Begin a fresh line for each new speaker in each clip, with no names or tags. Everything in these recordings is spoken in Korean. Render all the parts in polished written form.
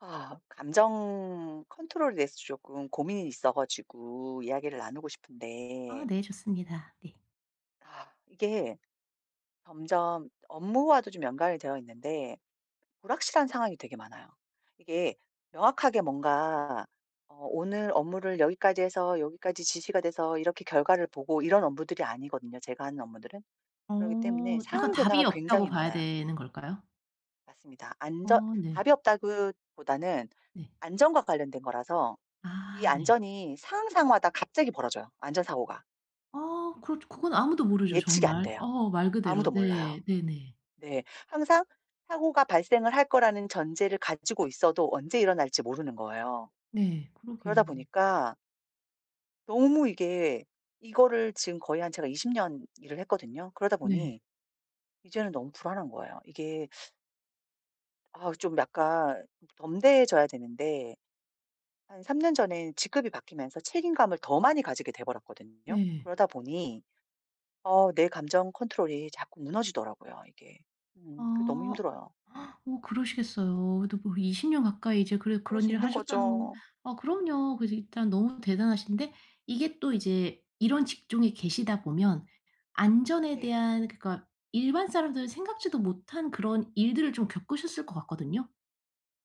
아, 감정 컨트롤에 대해서 조금 고민이 있어 가지고 이야기를 나누고 싶은데
아 네. 좋습니다. 네.
아, 이게 점점 업무와도 좀 연관이 되어 있는데 불확실한 상황이 되게 많아요. 이게 명확하게 뭔가 오늘 업무를 여기까지 해서 여기까지 지시가 돼서 이렇게 결과를 보고 이런 업무들이 아니거든요. 제가 하는 업무들은. 그렇기 때문에
약간
상황
답이
변화가
없다고
굉장히
봐야
많아요.
되는 걸까요?
맞습니다. 안전
어 네.
답이 없다기보다는
네.
안전과 관련된 거라서 이
아 네.
안전이 상황상마다 갑자기 벌어져요, 안전사고가.
아 그렇 그건 아무도 모르죠,
예측이 안
정말.
돼요.
어 말
아무도
그대로.
몰라요.
네. 네네.
네. 항상 사고가 발생을 할 거라는 전제를 가지고 있어도 언제 일어날지 모르는 거예요.
네.
그러다
그러게요.
보니까 너무 이게 이거를 지금 거의 한 제가 20년 일을 했거든요. 그러다
네.
보니 이제는 너무 불안한 거예요. 이게 아 좀 약간 덤대해져야 되는데 한 3년 전에 직급이 바뀌면서 책임감을 더 많이 가지게 돼 버렸거든요.
네.
그러다 보니 내 감정 컨트롤이 자꾸 무너지더라고요 이게. 그 너무
아.
힘들어요.
그러시겠어요. 그래도 뭐 20년 가까이 이제
그럴
그런
수
일을
있는
하셨다는.
거죠.
아 그럼요. 그래서 일단 너무 대단하신데, 이게 또 이제 이런 직종에 계시다 보면 안전에
네.
대한, 그러니까 일반 사람들은 생각지도 못한 그런 일들을 좀 겪으셨을 것 같거든요.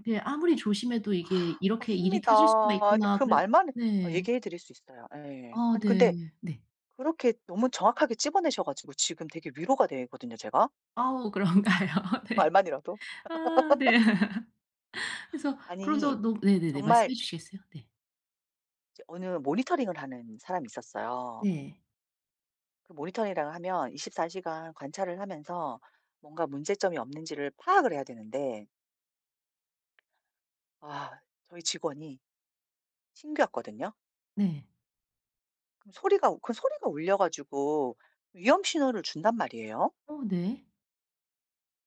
이게 아무리 조심해도 이게 '이렇게 일이
맞습니다.
터질 수가
아니
있구나.'
그
그래
말만
네.
얘기해 드릴 수 있어요. 예.
아
아니
네.
근데
네.
그렇게 너무 정확하게 찝어내셔 가지고 지금 되게 위로가 되거든요 제가
아우 그런가요?
그
네.
말만이라도.
아 네. 그래서 그러면서
아니
너무 네네네.
정말
말씀해 주시겠어요? 네.
이제 어느 모니터링을 하는 사람이 있었어요.
네.
그 모니터링을 하면 24시간 시간 관찰을 하면서 뭔가 문제점이 없는지를 파악을 해야 되는데 아 저희 직원이 신규였거든요.
네.
소리가 그 소리가 울려 가지고 위험 신호를 준단 말이에요.
어 네.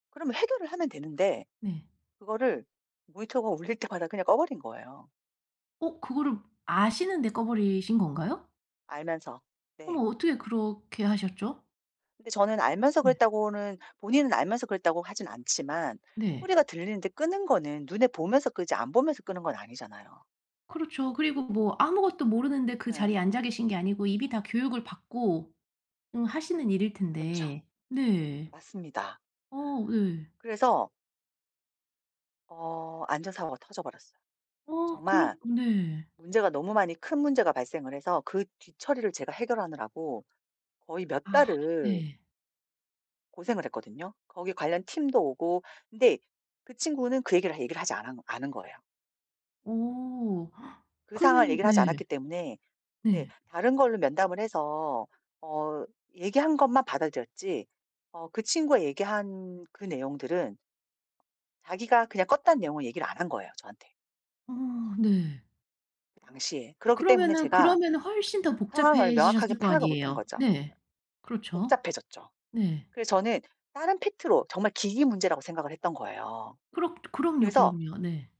그러면 해결을 하면 되는데
네.
그거를 모니터가 울릴 때마다 그냥 꺼 버린 거예요
그거를 아시는데 꺼 버리신 건가요?
알면서.
어머,
네.
어떻게 그렇게 하셨죠?
근데 저는 알면서
네.
그랬다고는 본인은 알면서 그랬다고 하진 않지만
네.
소리가 들리는데 끄는 거는 눈에 보면서 끄지 안 보면서 끄는 건 아니잖아요.
그렇죠. 그리고 뭐 아무것도 모르는데 그
예.
자리에 앉아 계신 게 아니고 이미 다 교육을 받고 하시는 일일
그렇죠.
텐데. 네.
맞습니다.
어 네.
그래서 안전사고가 터져 버렸어요.
어 그렇
정말
네.
문제가 너무 많이 큰 문제가 발생을 해서 그 뒤처리를 제가 해결하느라고 거의 몇
아
달을
네.
고생을 했거든요. 거기 관련 팀도 오고 근데 그 친구는 그 얘기를 하지 않은 거예요.
어.
그 상황을
그러면은
얘기를 하지
네.
않았기 때문에 네
네.
다른 걸로 면담을 해서 어 얘기한 것만 받아들였지 그 친구가 얘기한 그 내용들은 자기가 그냥 껐다는 내용을 얘기를 안 한 거예요, 저한테
어 네.
그 당시에. 그렇기 때문에
그러면은
제가
그러면은
그
훨씬 더
상황을 명확하게
복잡해지셨을 거
파악을 못한
아니에요.
거죠.
네. 그렇죠.
복잡해졌죠.
네.
그래서 저는 다른 팩트로 정말 기기 문제라고 생각을 했던 거예요.
그렇 그럼요,
그래서
그럼요. 네.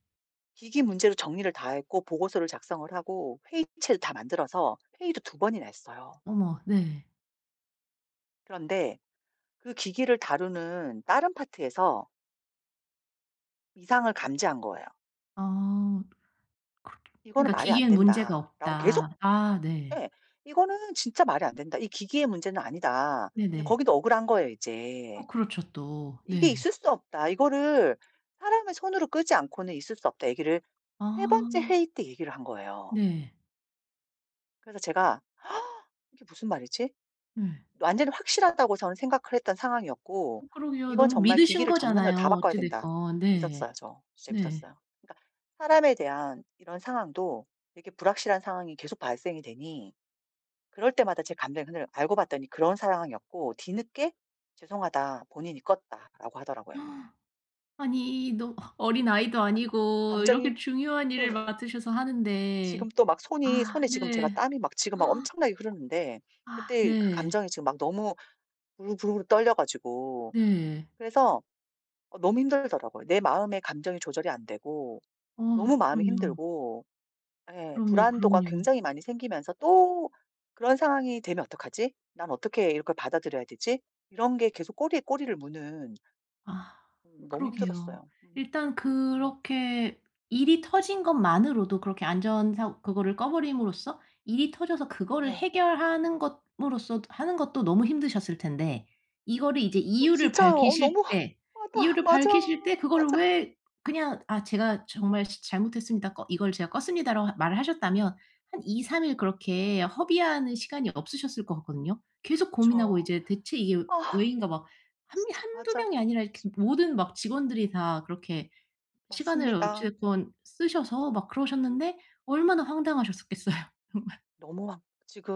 기기 문제로 정리를 다 했고 보고서를 작성을 하고 회의체도 다 만들어서 회의도 두 번이나 했어요.
어머 네.
그런데 그 기기를 다루는 다른 파트에서 이상을 감지한 거예요.
아 그렇
"이거는
그러니까
말이 안
'기기엔 문제가
된다."라고 계속
없다.' 아 네.
예. "이거는 진짜 말이 안 된다. 이 기기의 문제는 아니다." 왜냐면
네네.
거기도 억울한 거예요 이제.
어 그렇죠 또.
"이게
네.
있을 수 없다. 이거를 사람의 손으로 끄지 않고는 있을 수 없다." 얘기를 세 번째
아
회의 때 얘기를 한 거예요.
네.
그래서 제가 '이게 무슨 말이지?
네.
완전히 확실하다고 저는 생각을 했던 상황이었고
그러게요.
이건
너무
정말
믿으신
기기를 전면으로
거잖아요,
다 바꿔야
어찌
된다.
됐건. 네.
믿었어요 저. 진짜
네.
믿었어요. 그러니까 사람에 대한 이런 상황도 되게 불확실한 상황이 계속 발생이 되니 그럴 때마다 제 감정이 흔들 알고 봤더니 그런 상황이었고 뒤늦게 "죄송하다. 본인이 껐다."라고 하더라고요.
아니 너 어린아이도
아,
아니고
감정이
이렇게 중요한 일을 맡으셔서 하는데.
지금 또 막 손이
아
손에 지금 제가
네.
땀이 막 지금 막 엄청나게 흐르는데
아
그때 그
네.
감정이 지금 막 너무 부글부글 떨려 가지고
네.
그래서 너무 힘들더라고요. 내 마음의 감정이 조절이 안 되고
어
너무 마음이
그럼요.
힘들고 예
그럼요,
불안도가
그럼요.
굉장히 많이 생기면서 또 그런 상황이 되면 어떡하지? 난 어떻게 이걸 받아들여야 되지? 이런 게 계속 꼬리에 꼬리를 무는
아
너무
그러게요.
힘들었어요. 음.
일단
음.
그렇게 일이 터진 것만으로도 그렇게 안전사 그거를 꺼 버림으로써 일이 터져서 그거를
네.
해결하는 것으로써 하는 것도 너무 힘드셨을 텐데, 이거를 이제 이유를
진짜
밝히실
너무
때,
맞아, 맞아,
그거를
맞아.
왜 그냥 "아 제가 정말 시 잘못했습니다. 꺼 이걸 제가 껐습니다."라고 하 말을 하셨다면 한 2-3일 그렇게 허비하는 시간이 없으셨을 것 같거든요. 계속 고민하고
그쵸.
이제 '대체 이게
아
왜인가.' 한
진짜
두
맞아.
명이 아니라 이렇게
지
모든 막 직원들이 다 그렇게 시간을 어찌
맞습니다.
됐건 쓰셔서 막 그러셨는데 얼마나 황당하셨었겠어요.
너무 막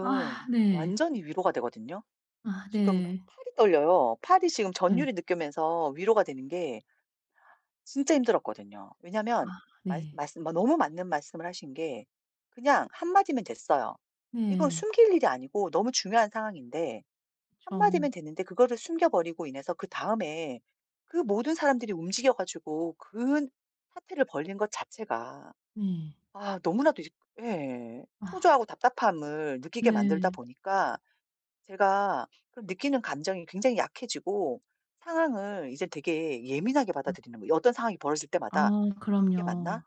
아 네.
완전히 위로가 되거든요.
아
지금
네.
팔이 떨려요. 팔이 지금
네.
전율이 느껴면서 위로가 되는 게 진짜 힘들었거든요.
아
왜냐면 말
네.
말씀 뭐 너무 맞는 말씀을 하신 게 그냥 한 마디면 됐어요. 이걸
네.
숨길 일이 아니고 너무 중요한 상황인데 한
그쵸.
마디면 됐는데 그거를 숨겨 버리고 인해서 그다음에 그 모든 사람들이 움직여 가지고 그 사태를 벌린 것 자체가
네.
아 너무나도 이 예.
아
초조하고 답답함을 느끼게 만들다
네.
보니까 제가 그런 느끼는 감정이 굉장히 약해지고 상황을 이제 되게 예민하게 받아들이는 거예요. 어떤 상황이 벌어질
아
때마다 '이게 맞나?
그럼요.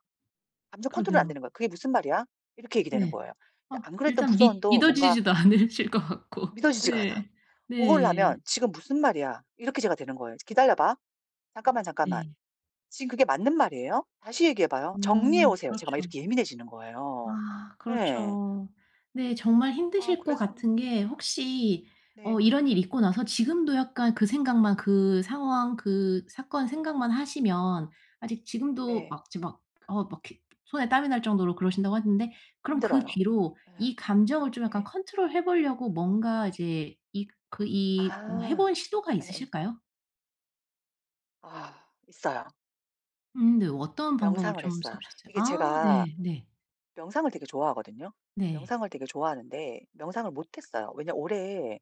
감정 컨트롤이 안
그러게요.
되는 거야. 그게 무슨 말이야?' 이렇게 얘기되는
네.
거예요.
아
안 그랬던
일단 믿
부서원도 뭔가
믿어지지도 않으실 것 같고.
믿어지지가 않아.
네.
보고를
네.
하면 "지금 무슨 말이야?" 이렇게 제가 되는 거예요. "기다려 봐. 잠깐만, 잠깐만.
네.
지금 그게 맞는 말이에요? 다시 얘기해 봐요.
어
정리해 오세요." 제가 막
그렇죠.
이렇게 예민해지는 거예요.
아
네.
그렇죠. 네, 정말
아
힘드실 것
그래서
같은 게. 혹시
네.
이런 일 있고 나서 지금도 약간 그 생각만, 그 상황, 그 사건 생각만 하시면 아직 지금도
네.
막 이제 막, 어 막, 이렇게 손에 땀이 날 정도로 그러신다고 하는데 그럼 그
힘들어요.
뒤로
네.
이 감정을 좀 약간
네.
컨트롤해 보려고 뭔가 이제 이 그 이 뭐 해
아.
본 시도가
네.
있으실까요?
아 있어요.
네. 어떤 방법을
명상을
좀 써
했어요.
보셨어요?
이게
아
제가
네. 네.
명상을 되게 좋아하거든요.
네.
명상을 되게 좋아하는데 명상을 못 했어요. 왜냐면 올해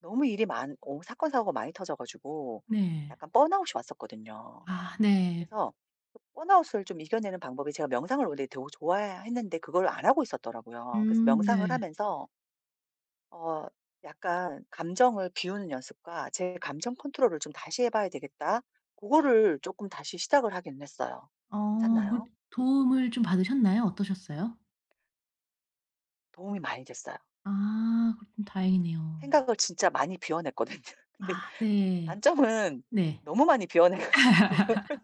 너무 일이 많고 사건 사고가 많이 터져 가지고
네.
약간 번아웃이 왔었거든요.
아 네.
그래서 그 번아웃을 좀 이겨내는 방법이 제가 명상을 원래 되게 좋아했는데 그걸 안 하고 있었더라고요. 그래서 명상을
네.
하면서 어 약간 감정을 비우는 연습과 '제 감정 컨트롤을 좀 다시 해 봐야 되겠다.' 그거를 조금 다시 시작을 하긴 했어요.
어 뭐
괜찮나요?
도움을 좀 받으셨나요? 어떠셨어요?
도움이 많이 됐어요.
아 그럼 다행이네요.
생각을 진짜 많이 비워냈거든요. 근데
아 네.
단점은
네.
너무 많이 비워내 가지고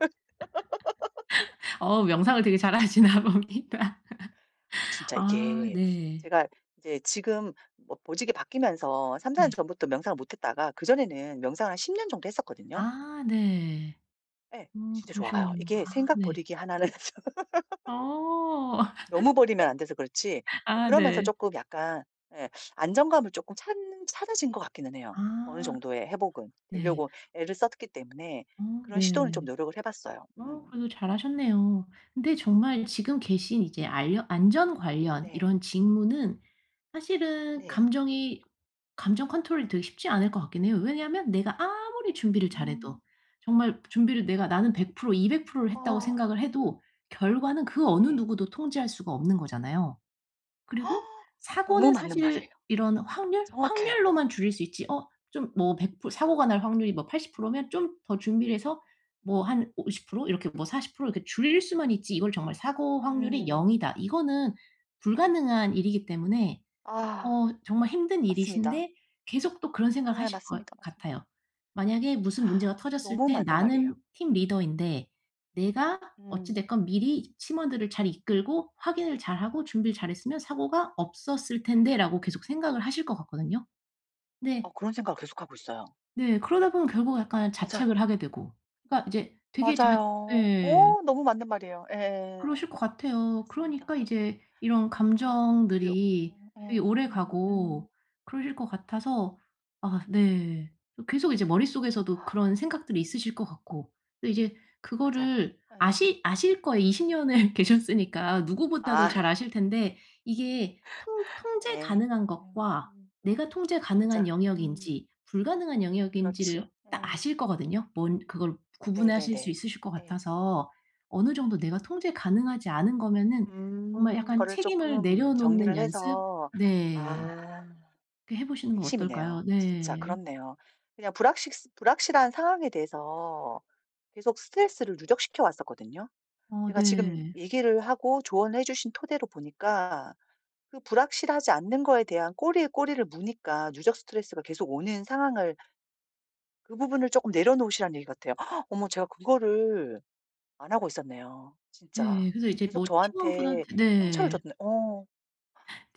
어 명상을 되게 잘하시나 봅니다.
아 진짜
아
이게
네.
제가 이제 지금 뭐 보직이 바뀌면서 3-4년
네.
전부터 명상을 못 했다가 그전에는 명상을 한 10년 정도 했었거든요.
아 네.
예.
어
진짜 좋아요.
그러시군요.
이게
아
생각
네.
버리기 하나는
어.
너무 버리면 안 돼서 그렇지 예
아
그러면서
네.
조금 약간 예 안정감을 조금 찾 찾아진 것 같기는 해요. 어느
아
정도의 회복은
네.
되려고 애를 썼기 때문에
어
그런 시도는 좀
네.
노력을 해 봤어요.
어
음.
그래도 잘하셨네요. 근데 정말 지금 계신 이제 알려 안전 관련
네.
이런 직무는 사실은
네.
감정 컨트롤이 되게 쉽지 않을 것 같긴 해요. 왜냐하면 내가 아무리 준비를
음.
잘해도, 정말 준비를
맞아,
내가 나는
맞아.
100% 200%를 했다고
아
생각을 해도 결과는 그 어느
네.
누구도 통제할 수가 없는 거잖아요.
아,
그리고
너무
사고는
맞는 말이에요.
사실 이런 확률?
정확해요.
확률로만 줄일 수 있지. 좀 뭐 백 프로 사고가 날 확률이 뭐 80%면 좀 더 준비를 해서 뭐 한 50% 이렇게 뭐 40% 이렇게 줄일 수만 있지 이걸 정말 '사고 확률이
음.
0 이다.' 이거는 불가능한 일이기 때문에.
아
정말 힘든
맞습니다.
일이신데 계속 또 그런 생각을
예
하실 것
맞습니다, 맞습니다.
같아요. 만약에 무슨 문제가 터졌을
너무
때
맞는 말이에요.
나는 팀
음.
리더인데 내가 어찌
음.
됐건 미리 팀원들을 잘 이끌고 확인을 잘하고 준비를 잘했으면 '사고가 없었을 텐데.'라고 계속 생각을 하실 것 같거든요.
아
네.
그런 생각을 계속하고 있어요.
네. 그러다 보면 결국 약간
맞아요.
자책을 하게 되고 그러니까 이제 되게 자
맞아요.
예.
너무 맞는 말이에요. 예예예.
그러실 것 같아요.
맞습니다.
그러니까 이제 이런
아 위로
감정들이 되게
예.
오래가고 그러실 것 같아서. 아 네. 계속 이제 머릿속에서도
아
그런 생각들이 있으실 것 같고. 근데 이제
맞아요.
그거를
예.
아시 아실 거예요. 20 년을 계셨으니까 누구보다도
아
잘 아실 텐데 이게 통 통제
예. 예.
가능한 것과
음.
내가 통제 가능한
맞아. 음.
영역인지 불가능한
그렇지.
영역인지를 딱
예.
아실 거거든요. 뭔 그걸 구분하실 수
네네네.
있으실 것
예.
같아서. 어느 정도 내가 통제 가능하지 않은 거면은 정말 약간
그거를
책임을
조금
내려놓는
정리를
연습?
해서
네.
아
그렇게 해 보시는 건 어떨까요?
핵심이네요. 진짜
네.
그렇네요. 그냥 불확식 불확실한 상황에 대해서 계속 스트레스를 누적시켜 왔었거든요.
어
제가 지금
네.
얘기를 하고 조언을 해 주신 토대로 보니까 그 불확실하지 않는 거에 대한 꼬리에 꼬리를 무니까 누적 스트레스가 계속 오는 상황을 그 부분을 조금 내려놓으시라는 얘기 같아요. 헉, 어머 제가 그거를 안 하고 있었네요 진짜.
예. 그래서 이제
계속
뭐
저한테
팀원분한테
상처를
네.
줬네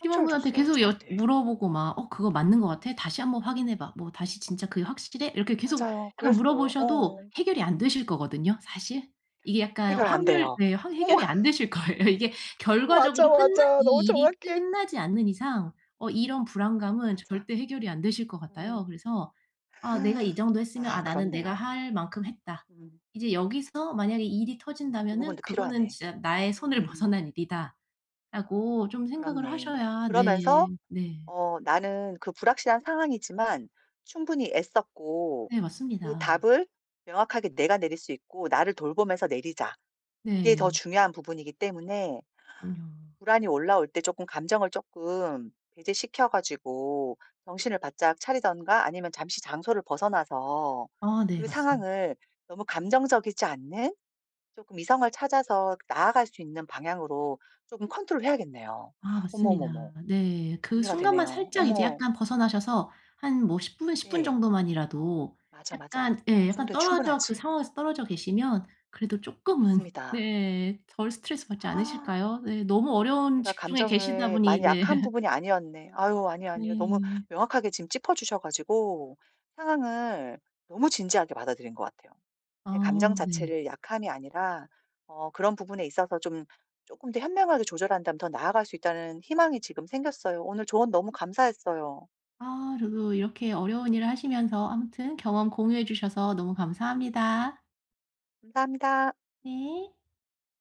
상처를 줬어요
계속 여
저한테.
물어보고 막 "어 그거 맞는 것 같아? 다시 한번 확인해 봐. 뭐 다시 진짜 그게 확실해?" 이렇게 계속
맞아요.
약간
그랬어요.
물어보셔도
어.
해결이 안 되실 거거든요, 사실. 이게 약간
해결 안
확률.
돼요.
네. 확
어
해결이 안 되실 거예요. 이게
맞아,
결과적으로 끝나
맞아. 너무
이 일이
정확해.
끝나지 않는 이상 이런 불안감은
맞아.
절대 해결이 안 되실 것 같아요.
음.
그래서 아 내가 이 정도 했으면 '아
아
나는 내가
그렇네요.
할 만큼 했다.
음.
이제 여기서 만약에 일이
그
터진다면은
부분도
그거는
필요하네.
진짜 나의 손을
음음음.
벗어난 일이다.' 라고 좀 생각을
그렇네.
하셔야.
그러면서
네. 네.
나는 그 불확실한 상황이지만 충분히 애썼고
네
그
맞습니다.
답을 명확하게 내가 내릴 수 있고 나를 돌보면서 내리자. 그게 더
네.
중요한 부분이기 때문에
그럼요.
불안이 올라올 때 조금 감정을 조금 배제시켜 가지고 정신을 바짝 차리던가 아니면 잠시 장소를 벗어나서
아 네
그
맞습니다.
상황을 너무 감정적이지 않는 조금 이성을 찾아서 나아갈 수 있는 방향으로 조금 컨트롤해야겠네요.
아
어머, 어머, 머
맞습니다. 네. 그
정리가
순간만
되네요.
살짝 이제
어머.
약간 벗어나셔서 한 뭐 10분 10분
네.
정도만이라도
맞아,
약간
맞아.
예
그 정
약간
도에
떨어져 그
충분하지.
상황에서 떨어져 계시면 그래도 쪼끔은
맞습니다.
네 덜 스트레스 받지 않으실까요? 네. 너무 어려운
제가
직종에 계시다
감정에 많이
보니 네.
약한 부분이 아니었네. 아유 아니요, 아니요. 너무
네.
명확하게 지금 짚어 주셔 가지고 상황을 너무 진지하게 받아들인 것 같아요. 제 감정
아 네.
자체를 약함이 아니라 그런 부분에 있어서 좀 조금 더 현명하게 조절한다면 더 나아갈 수 있다는 희망이 지금 생겼어요. 오늘 조언 너무 감사했어요.
아 저도 이렇게 어려운 일을 하시면서 아무튼 경험 공유해 주셔서 너무 감사합니다.
감사합니다.
네.